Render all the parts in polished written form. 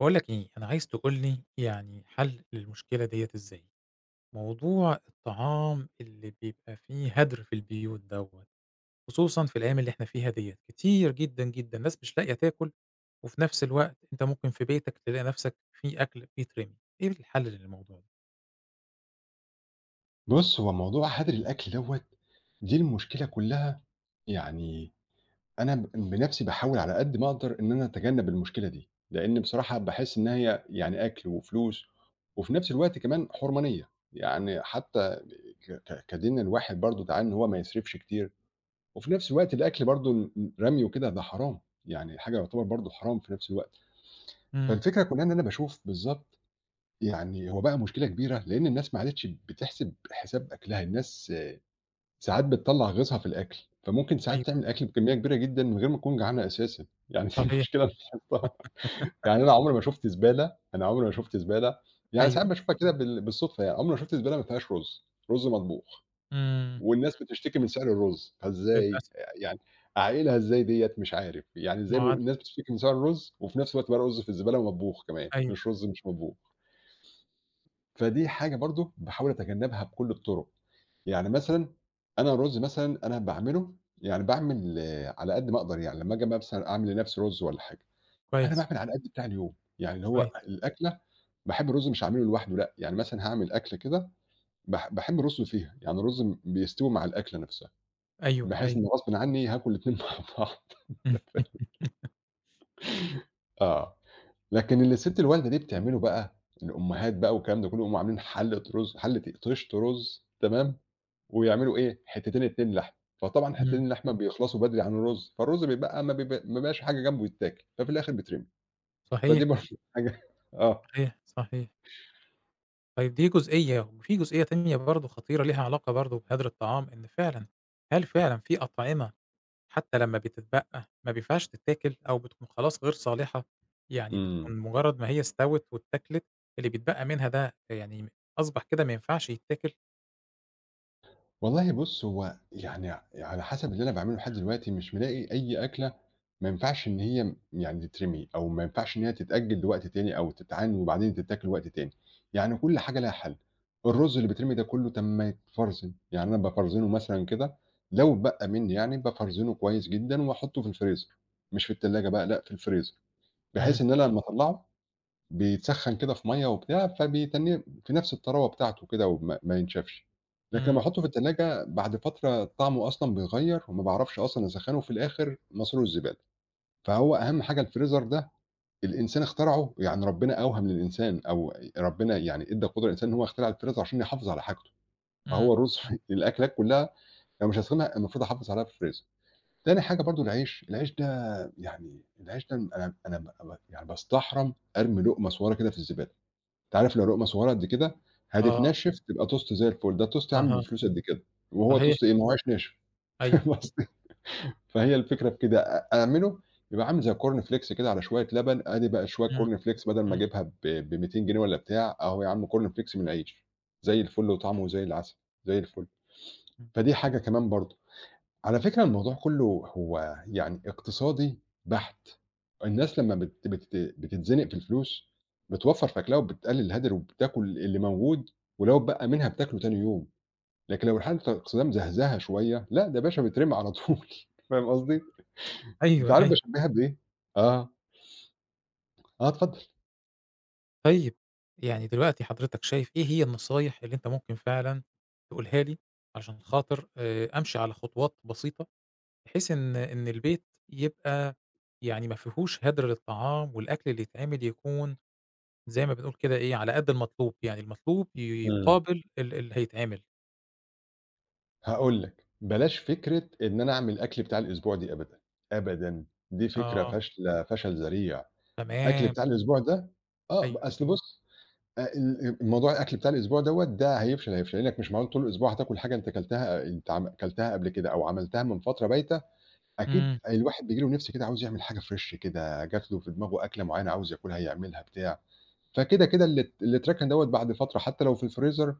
باقول لك إيه، أنا عايز تقول لي يعني حل للمشكلة ديّة إزاي؟ موضوع الطعام اللي بيبقى فيه هدر في البيوت دوّة، خصوصًا في الأيام اللي إحنا فيها ديّة، كتير جدًا، جدًا ناس مش لاقية تاكل، وفي نفس الوقت أنت ممكن في بيتك تلاقي نفسك في أكل بيترمي، إيه الحل للموضوع ده؟ بُص، هو موضوع هدر الأكل دوّة دي المشكلة كلّها. يعني أنا بنَفْسي باحاول على قد ما أقدر إن أنا أتجنّب المشكلة دي، لإن بصراحة باحس إن هي يعني أكل وفلوس، وفي نَفْس الوقت كمان حرمانية، يعني حتّى ك ك كدين الواحد برضه تعالى إن هو ما يصرفش كتير، وفي نَفْس الوقت الأكل برضه رميه كده ده حرام، يعني حاجة يعتبر برضه حرام في نَفْس الوقت. إمم، فالفكرة كلّها إن أنا باشوف بالضبط، يعني هو بقى مشكلة كبيرة لإن الناس ما عادتش بتحسب حساب أكلها، الناس ساعات بتطلّع غيظها في الأكل، فممكن أيوه، ساعات تعمل أكل بكمية كبيرة جدًا من غير ما تكون جعانة أساسًا، يعني دي صحيح، المشكلة اللي لاحظتها، يعني أنا عمري ما شُفت زبالة، أنا عمري ما شُفت زبالة، يعني ساعات أيوه، باشوفها كده بالصدفة يعني، عمري ما شُفت زبالة ما فيهاش رُز، رُز مطبوخ، إمم، والناس بتشتكي من سعر الرُز، فإزاي للأسف يعني أعقلها إزاي ديّة مش عارف، يعني إزاي معدّ الناس بتشتكي من سعر الرُز، وفي نفس الوقت بقى رُز في الزبالة ومطبوخ كمان، أيوه، مش رُز مش مطبوخ، فدي حاجة برضه باحاول أتجنبها بكل الطُرق. يعني مثلًا أنا الرُز مثلًا أنا باعمله، يعني باعمل على قد ما أقدر يعني، لمّا آجي مثلًا أعمل لنفسي رُز والّا حاجة، أنا كويس، باعمل على قد بتاع اليوم، يعني اللي هو كويس، الأكلة باحب الرُز مش هاعمله لوحده لأ، يعني مثلًا هاعمل أكلة كده باحب الرُز فيها، يعني الرُز بيستوي مع الأكلة نفسها، أيوه، بحيث أيوه، إن غصبٍ عني هاكل الاتنين مع بعض. آه، لكن اللي السِت الوالدة دي بتعمله بقى، الأمهات بقى والكلام ده كلّه، يقوموا عاملين حلة رُز حلة إيه، طشت رُز تمام، ويعملوا إيه، حتتين، 2 لحمة، فطبعًا إمم، حتتين اللحمة بيخلصوا بدري عن الرز، فالرز بيبقى ما بيبقاش حاجة جنبه يتاكل، ففي الآخر بيترمي، فدي صحيح، برضه حاجة. آه. صحيح، صحيح. طيب دي جزئية، وفي جزئية تانية برضه خطيرة ليها علاقة برضه بهدر الطعام، إن فعلًا هل فعلًا في أطعمة حتى لمّا بتتبقى ما بينفعش تتاكل أو بتكون خلاص غير صالحة، يعني إمم. بتكون مجرد ما هي استوت واتاكلت اللي بيتبقى منها ده يعني أصبح كده ما ينفعش يتاكل؟ والله بُص، هو يعني على حسب اللي أنا باعمله لحد دلوقتي مش ملاقي أي أكلة ما ينفعش إن هي يعني تترمي أو ما ينفعش إن هي تتأجّل لوقت تاني أو تتعان وبعدين تتاكل وقت تاني، يعني كل حاجة لها حل. الرز اللي بيترمي ده كُلّه طَب ما يتفرزن، يعني أنا بافرزنه مثلًا كده لو اتبقى منّي، يعني بافرزنه كويس جدًا وأحطّه في الفريزر، مش في التلاجة بقى لأ، في الفريزر، إمم، بحيث إن أنا لمّا أطلّعه بيتسخّن كده في مَيّة وبتاع، فبيتنّيه في نَفْس الطراوة بتاعته كده وما ما ينشفش. لكن لمّا إمم، أحُطّه في التلاجة بعد فترة طعمه أصلًا بيغيّر وما باعرفش أصلًا أسخّنه وفي الآخر مصيره الزبالة. فهو أهَم حاجة الفريزر ده الإنسان اخترعه، يعني ربنا أوهَم للإنسان أو ربنا يعني إدّى قدرة للإنسان إن هو يخترع الفريزر عشان يحافظ على حاجته. فهو إمم، الرز إمم. الأكلات كُلّها لو مش هاسخنها المفروض أحافظ عليها في الفريزر. تاني حاجة برضه العيش، العيش ده يعني العيش ده أنا أنا ب ب يعني باستحرم أرمي لُقمة صغيّرة كده في الزبالة. أنت عارف لو لقمة صغيرة قد كده، آه، هتتنشف تبقى توست زي الفل، ده التوست يا عم أها، بفلوس قد كده، وهو صحيح، توست إيه ما هواش ناشف. أيوه. فاهم قصدي؟ فهي الفكرة في كده، أعمله يبقى عامل زي الcorn flakes كده على شوية لبن، آدي بقى شوية إمم، corn flakes بدل ما إمم، أجيبها ب200 جنيه والّا بتاع، أهو يا عم corn flakes من العيش، زي الفل وطعمه زي العسل، زي الفل. إمم، فدي حاجة كمان برضه. على فكرة الموضوع كُلّه هو يعني اقتصادي بحت، الناس لمّا بت بت بتتزنق في الفلوس، بتوفّر في أكلها وبتقلّل الهدر وبتاكل اللي موجود، ولو اتبقى منها بتاكله تاني يوم، لكن لو الحالة الاقتصادية مزهزهة شوية، لأ ده يا باشا بيترمي على طول. إمم. فاهم قصدي؟ أنت أيوه، عارف أيوه. باشبّهها بإيه؟ آه، آه اتفضل. طيب، يعني دلوقتي حضرتك شايف إيه هي النصايح اللي أنت ممكن فعلًا تقولها لي عشان خاطر أمشي على خطوات بسيطة، بحيث إن البيت يبقى يعني ما فيهوش هدر للطعام والأكل اللي يتعمل يكون زي ما بنقول كده إيه، على قد المطلوب، يعني المطلوب إمم. يقابل اللي هيتعمل. هاقول لك، بلاش فكرة إن أنا أعمل أكل بتاع الأسبوع دي أبدًا، أبدًا، دي فكرة آه، فاشلة فشل ذريع، أكل تمام، بتاع الأسبوع ده آه، أصل أيوه. بُص أ ال الموضوع الأكل بتاع الأسبوع دوّة ده هيفشل، هيفشل لأنك مش معقول طول الأسبوع هتاكل حاجة أنت كلتها أنت كلتها قبل كده أو عملتها من فترة بايتة، أكيد إمم، الواحد بييجي له نِفْس كده عاوز يعمل حاجة fresh كده، جات له في دماغه أكلة معيّنة عاوز ياكلها يعملها بتاع، فكده، كده اللي اتركن دوّة بعد فترة حتى لو في الفريزر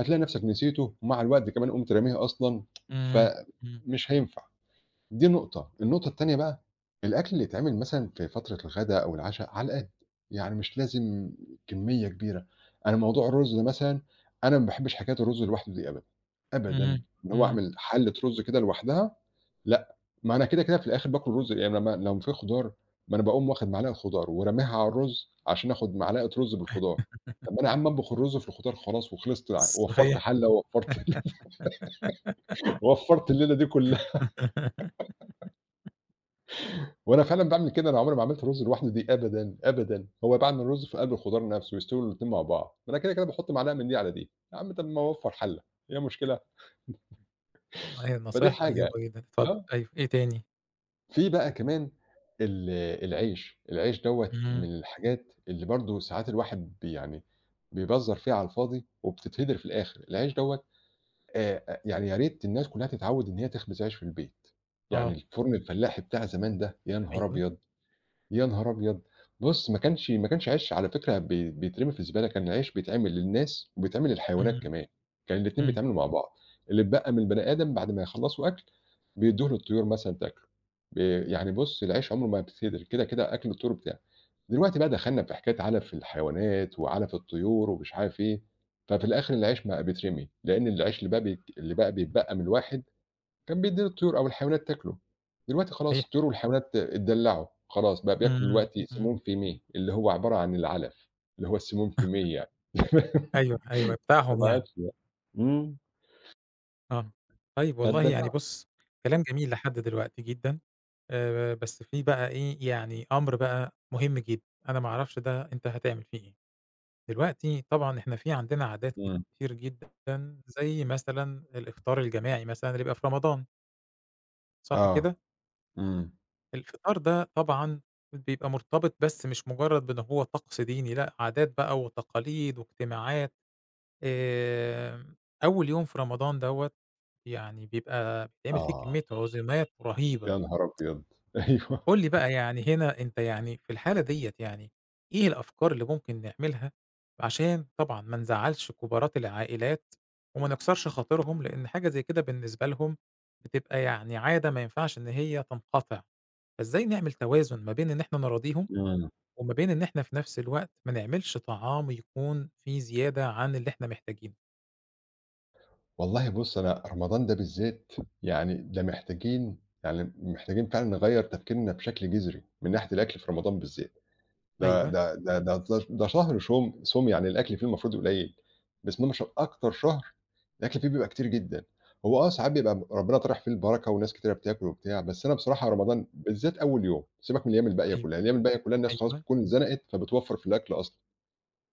هتلاقي نَفْسك نسيته ومع الوقت كمان قمت راميه أصلًا، إمم، إمم، فمش هينفع. دي نقطة، النقطة التانية بقى، الأكل اللي يتعمل مثلًا في فترة الغدا أو العشا على القد، يعني مش لازم كمية كبيرة، أنا موضوع الرز ده مثلًا، أنا ما باحبش حكاية الرز لوحده دي أبدًا، أبدًا، إمم، إن هو إمم، أعمل حلة رز كده لوحدها، لأ، ما أنا كده، كده في الآخر باكل رز يعني لمّا لو في خضار، ما أنا باقوم واخد معلقة خضار وراميها على الرز عشان آخد معلقة رز بالخضار، طب ما أنا يا عم أطبخ الرز في الخضار خلاص وخلصت، ووفّرت صحيح. حلة ووفّرت ووفّرت الليلة دي كلها. وأنا فعلًا باعمل كده، أنا عمري ما عملت رُز لوحده دي أبدًا، أبدًا، هو باعمل الرُز في قلب الخضار نفسه، يستووا الاتنين مع بعض، ما أنا كده، كده باحط معلقة من دي على دي، يا عم طب ما اوفّر حلّة، إيه المشكلة؟ والله فدي نصيحة حاجة. طيبة جدًا، اتفضل آه، أيوه، إيه تاني؟ في بقى كمان ال العيش، العيش دوّة إمم، من الحاجات اللي برضه ساعات الواحد يعني بيبزّر فيها على الفاضي وبتتهدر في الآخر، العيش دوّة أ يعني يا ريت الناس كلّها تتعوّد إن هي تخبز عيش في البيت، يعني آه، الفُرن الفلاحي بتاع زمان ده، يا نهار أيوه، أبيض! يا نهار أبيض! بُص، ما كانش عيش على فكرة بيترمي في الزبالة، كان عيش بيتعمل للناس وبيتعمل للحيوانات إمم، كمان، كان الاتنين إمم، بيتعملوا مع بعض، اللي اتبقى من البني آدم بعد ما يخلّصوا أكل بيدّوه للطيور مثلًا تاكله، ب يعني بُص العيش عمره ما بيتهدر، كده، كده أكل الطيور بتاعه. دلوقتي بقى دخلنا في حكاية علف الحيوانات وعلف الطيور ومش عارف إيه، ففي الآخر العيش بقى بيترمي، لأن العيش اللي بقى بيتبقى من الواحد كان بيدّيه للطيور أو الحيوانات تاكله، دلوقتي خلاص صحيح، الطيور والحيوانات اتدلّعوا، خلاص بقى بياكلوا إمم، دلوقتي إمم، سموم فيميه، اللي هو عبارة عن العلف، اللي هو السموم فيميه يعني. أيوه، أيوه بتاعهم فما يعني، عادش بقى. إمم، آه، طيب والله يعني فاتدلّعوا. بُص كلام جميل لحد دلوقتي جدًا، بس في بقى إيه يعني أمر بقى مهم جدًا، أنا ما أعرفش ده أنت هتعمل فيه إيه، دلوقتي طبعًا إحنا في عندنا عادات إمم، كتير جدًا زي مثلًا الإفطار الجماعي مثلًا اللي بيبقى في رمضان، صح كده؟ آه، إمم، الفطار ده طبعًا بيبقى مرتبط بس مش مجرد بإن هو طقس ديني، لأ عادات بقى وتقاليد واجتماعات، آمم، أول يوم في رمضان دوّة يعني بيبقى بيتعمل فيه آه، كمية عزومات رهيبة، يا نهار أبيض! أيوه. قُل لي بقى يعني هنا أنت يعني في الحالة ديّة يعني إيه الأفكار اللي ممكن نعملها عشان طبعًا ما نزعّلش كبارات العائلات وما نكسرش خاطرهم، لإن حاجة زي كده بالنسبة لهم بتبقى يعني عادة ما ينفعش إن هي تنقطع؟ فإزاي نعمل توازن ما بين إن إحنا نراضيهم، إمم. وما بين إن إحنا في نفس الوقت ما نعملش طعام يكون فيه زيادة عن اللي إحنا محتاجينه. والله بُص أنا رمضان ده بالذات يعني ده محتاجين يعني محتاجين فعلًا نغيّر تفكيرنا بشكل جذري من ناحية الأكل في رمضان بالذات. ده أيوه، ده ده ده ده ده شهر شُم صُم، يعني الأكل فيه المفروض قليل، بس إنما أكتر شهر الأكل فيه بيبقى كتير جدًا، هو آه ساعات بيبقى ربنا طارح فيه البركة وناس كتيرة بتاكل وبتاع، بس أنا بصراحة رمضان بالذات أول يوم، سيبك من الأيام الباقية أيوه، كلّها، الأيام الباقية كلّها الناس خلاص أيوه. بتكون اتزنقت فبتوفّر في الأكل أصلًا،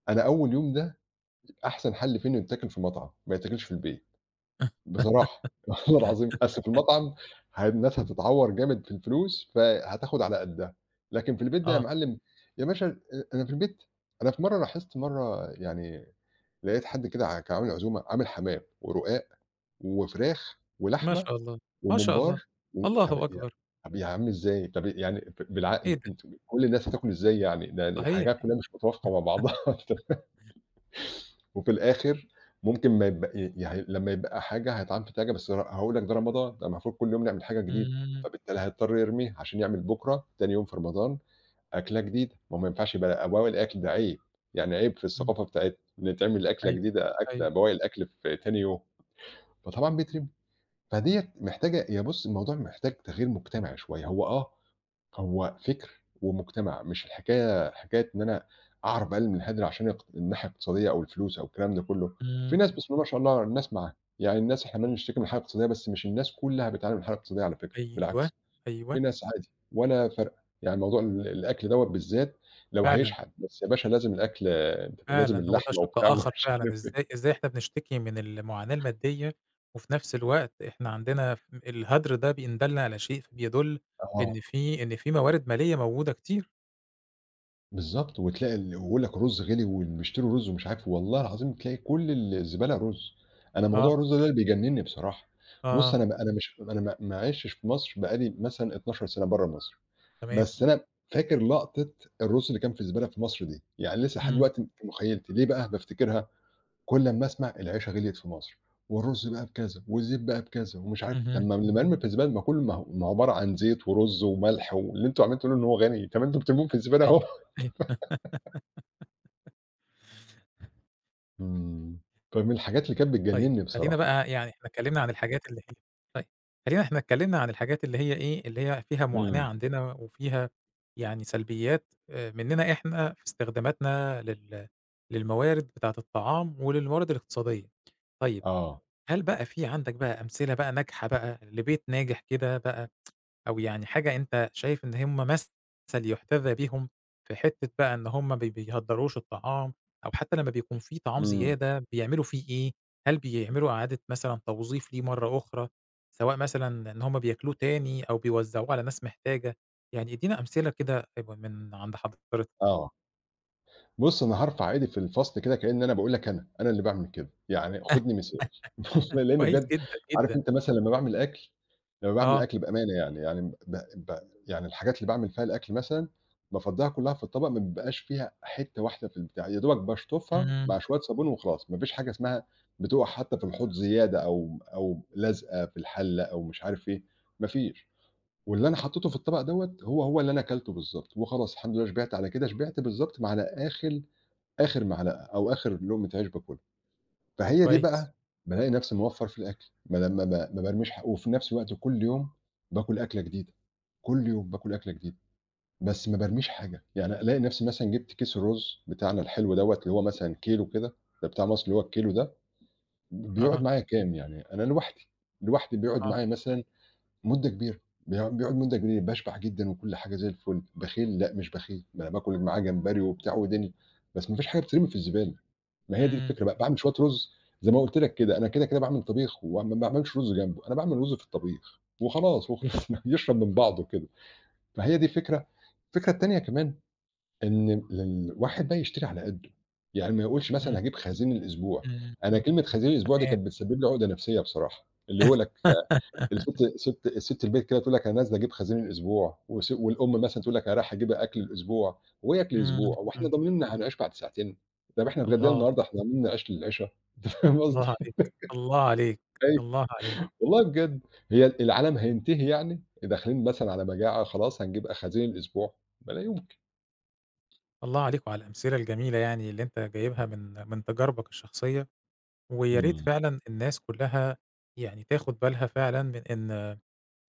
أنا أول يوم ده أحسن حَل فيه إنه يتاكل في مطعم، ما يتاكلش في البيت. بصراحة، والله العظيم، أصل في المطعم الناس هتتعوّر جامد في الفلوس، فهتاخد على قدّها، لكن في البيت ده يا آه، معلم يا باشا أنا في البيت أنا في مرّة لاحظت مرّة يعني لقيت حد كده كان عامل عزومة، عامل حمام ورقاق وفراخ ما ولحمة شاء الله، ما شاء الله، وممبار و الله أكبر! طب يا عم إزاي؟ طب يعني إيه بالعقل ده! أنتم كل الناس هتاكل إزاي يعني؟ ده صحيح. الحاجات كلّها مش متوافقة مع بعضها. وفي الآخر ممكن ما يبق ي يعني لمّا يبقى حاجة هيتعمل في تلاجة بس هاقول لك ده رمضان، ده المفروض كل يوم نعمل حاجة جديدة، إمم، فبالتالي هيضطر يرميها عشان يعمل بُكرة تاني يوم في رمضان أكلة جديدة، ما هو ما ينفعش يبقى بواقي الأكل ده عيب، يعني عيب في إمم، الثقافة بتاعتنا إن تعمل أكلة أيوه، جديدة أكلة أيوه، بواقي الأكل في تاني يوم، فطبعًا بيترمي. فديّة محتاجة هي بُص الموضوع محتاج تغيير مجتمعي شوية، هو آه هو فكر ومجتمع، مش الحكاية حكاية إن أنا أعرف أقلل من الهدر عشان الناحية الاقتصادية أو الفلوس أو الكلام ده كله، في إمم، ناس بسم الله ما شاء الله الناس معاها، يعني الناس إحنا عمّالين نشتكي من الحالة الاقتصادية بس مش الناس كلها بتعاني من الحالة الاقتصادية على فكرة، أيوه، بالعكس، في أيوه، ناس عادي ولا فارقة، يعني موضوع الأكل دوّة بالذات لو فعلًا. هيشحن، بس يا باشا لازم الأكل أنت لازم فعلًا، هو ده اللحمة شِق وبتاع آخر ومش فعلًا، إزاي إحنا بنشتكي من المعاناة المادية، وفي نفس الوقت إحنا عندنا الهدر ده بإن دَلّ على شيء بيدُل عارف. آه. إن في موارد مالية موجودة كتير. بالضبط، وتلاقي ويقول لك الرز غِلي وبيشتروا رز ومش عارف والله العظيم تلاقي كل الزبالة رز، أنا آه، موضوع الرز ده اللي بيجنِّني بصراحة، بُص آه، أنا أنا مش أنا ما عِشتش في مصر بقى لي مثلًا 12 سَنة برّه مصر، تمام، بس أنا فاكر لقطة الرز اللي كان في الزبالة في مصر دي، يعني لسه لحد إمم، دلوقتي في مخيلتي، ليه بقى بافتكرها؟ كل أمّا أسمع العيشة غِليت في مصر، والرز بقى بكذا، والزيت بقى بكذا، ومش عارف طَب اهم، ما اللي مرمي في الزبالة ما كُلّه ما هو ما هو عبارة عن زيت ورز وملح واللي أنتم عمّالين تقولوا إن هو غالي، طَب ما أنتم بترموهم في الزبالة أيوه، أهو. أيوه. إمم. كان من الحاجات اللي كانت طيب بتجنّني خلّينا بصراحة. بقى يعني إحنا اتكلّمنا عن الحاجات اللي هي. طيب خلّينا إحنا اتكلّمنا عن الحاجات اللي هي إيه، اللي هي فيها معاناة إمم. عندنا وفيها يعني سلبيات منّنا إحنا في استخداماتنا للموارد بتاعة الطعام وللموارد الاقتصادية. طيب آه. هل بقى في عندك بقى أمثلة بقى ناجحة بقى لبيت ناجح كده بقى أو يعني حاجة أنت شايف إن هم مثل يُحتذى بيهم في حتّة بقى إن هم ما بيهدّروش الطعام، أو حتّى لمّا بيكون في طعام إمم. زيادة بيعملوا فيه إيه، هل بيعملوا إعادة مثلًا توظيف ليه مرّة أخرى، سواء مثلًا إن هم بياكلوه تاني أو بيوزّعوه على ناس محتاجة، يعني ادّينا أمثلة كده من عند حضرتك. آه. بُص، أنا هارفع إيدي في الفصل كده كإن أنا باقول لك أنا، أنا اللي باعمل كده. يعني خُدني مثال. والله لإن كويس بجد جدًا، عارف جدًا. أنت مثلًا لمّا باعمل أكل لمّا باعمل آه، أكل بأمانة يعني، يعني ب ب يعني الحاجات اللي باعمل فيها الأكل مثلًا، بافضّيها كُلّها في الطبق ما بيبقاش فيها حتّة واحدة في البتاع، يا دوبك باشطفها إمم، مع شوية صابون وخلاص، ما فيش حاجة اسمها بتُقع حتّى في الحوض زيادة أو أو لازقة في الحلّة أو مش عارف إيه، ما فيش. واللي أنا حطّيته في الطبق دوّة هو، هو اللي أنا أكلته بالضبط، وخلاص الحمد لله شبعت على كده، شبعت بالضبط مع على آخر آخر معلقة أو آخر لقمة عيش باكلها، فهي دي كويس. بقى بالاقي نفسي موفّر في الأكل، ما لمّا ما بارميش وفي نفس الوقت كل يوم باكل أكلة جديدة، كل يوم باكل أكلة جديدة، بس ما بارميش حاجة، يعني ألاقي نفسي مثلًا جبت كيس الرز بتاعنا الحلو دوّة اللي هو مثلًا كيلو كده، ده بتاع مصر اللي هو الكيلو ده، بيقعد أها، معايا كام يعني أنا لوحدي، لوحدي بيقعد آه، معايا مثلًا مدة كبيرة، بيقعد مدة كبيرة، باشبع جدًا وكل حاجة زي الفل، بخيل؟ لأ مش بخيل، ما أنا باكل معاه جمبري وبتاع ودنيا، بس ما فيش حاجة بتترمي في الزبالة، ما هي دي إمم، الفكرة بقى، باعمل شوية رُز زي ما قُلت لك كده، أنا كده، كده باعمل طبيخ وما باعملش رُز جنبه، أنا باعمل رُز في الطبيخ وخلاص، وخلصنا يشرب من بعضه كده، فهي دي الفكرة. الفكرة التانية كمان إن الواحد بقى يشتري على قدّه، يعني ما يقولش مثلًا إمم، هاجيب خزين الأسبوع، إمم، أنا كلمة خزين الأسبوع دي تمام. كانت بتسبب لي عقدة نفسية بصراحة، اللي هو لك الست ست ست البيت كده تقول لك أنا نازلة أجيب خزين الأسبوع، والأم مثلًا تقول لك أنا رايحة أجيب أكل الأسبوع، هو إيه أكل إمم، الأسبوع؟ هو إحنا إمم، ضامنين إن هنعيش بعد ساعتين؟ طب إحنا اتغدينا الله. النهارده، إحنا ضامنين نعيش للعشا، أنت فاهم الله قصدي؟ عليك، الله عليك، أيوه، الله عليك، والله بجد، هي العالم هينتهي يعني؟ داخلين مثلًا على مجاعة، خلاص هنجيب أخازين الأسبوع، ما لا يمكن. الله عليك وعلى الأمثلة الجميلة يعني اللي أنت جايبها من من تجاربك الشخصية، ويا ريت إمم. فعلًا الناس كلّها يعني تاخد بالها فعلًا من إن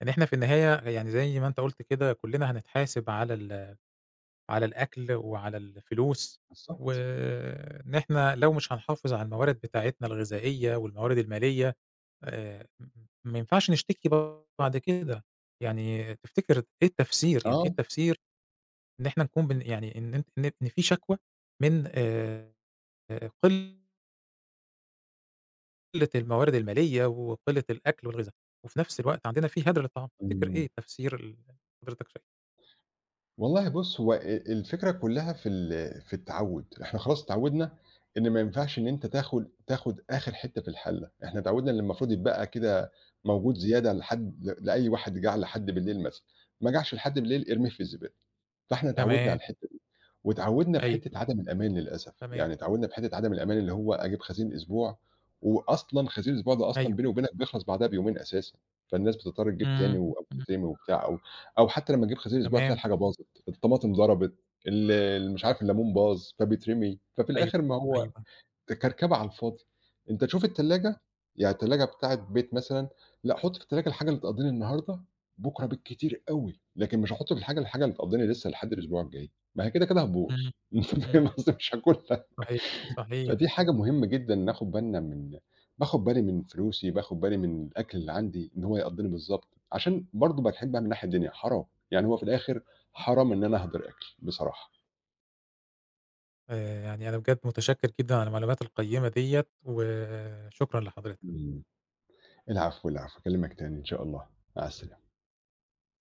إن إحنا في النهاية يعني زي ما أنت قُلت كده كلّنا هنتحاسب على الأكل وعلى الفلوس، بالضبط، وإن إحنا لو مش هنحافظ على الموارد بتاعتنا الغذائية والموارد المالية م ما ينفعش نشتكي بعد كده، يعني تفتكر إيه التفسير، يعني إيه آه. التفسير إن إحنا نكون يعني إن أنت إن إن في شكوى من قلة الموارد المالية وقلة الأكل والغذاء، وفي نفس الوقت عندنا في هدر للطعام، تفتكر إمم. إيه تفسير حضرتك شايفه؟ والله بُص، هو الفكرة كلّها في في التعوّد، إحنا خلاص اتعوّدنا إن ما ينفعش إن أنت تاخُد آخر حتّة في الحلّة، إحنا اتعوّدنا إن المفروض يتبقى كده موجود زيادة لحد لأي واحد جاع لحد بالليل مثلًا، ما جاعش لحد بالليل ارميه في الزبالة، فإحنا اتعوّدنا تمام، على الحتّة واتعوّدنا في أيوه، حتّة عدم الأمان للأسف، تمام، يعني اتعوّدنا في حتّة عدم الأمان اللي هو أجيب خزين الأسبوع، وأصلًا خزين الأسبوع ده أصلًا أيوه، بيني وبينك بيخلص بعدها بيومين أساسًا، فالناس بتضطر تجيب تاني إمم، و- أو إمم، تترمي وبتاع أو أو حتّى لمّا تجيب خزين الأسبوع تلاقي تمام، الحاجة باظت، الطماطم ضربت، ال ال مش عارف الليمون باظ فبيترمي، ففي أيوه، الآخر ما هو أيوه، ده كركبة على الفاضي، أنت شوف التلاجة يعني التلاجة بتاعة بيت مثلًا، لأ حُط في التلاجة الحاجة اللي تقضّيني النهارده، بُكرة بالكتير أوي، لكن مش هاحُط في الحاجة الحاجة اللي تقضّيني لسه لحد الأسبوع الجاي، ما هي كده، كده هتبوظ. إمم، أنت إمم، فاهم قصدي، مش هاكلها، صحيح، فدي صحيح، حاجة مهمة جدًا ناخد بالنا باخد بالي من فلوسي، باخد بالي من الأكل اللي عندي إن هو يقضّيني بالضبط، عشان برضه باكون بقى من ناحية الدنيا حرام، يعني هو في الآخر حرام إن أنا أهدر أكل بصراحة. يعني أنا بجد متشكر جدًا على المعلومات القيّمة ديّة، وشكرًا لحضرتك. إمم. العفو، العفو، أكلمك تاني إن شاء الله، مع السلامة.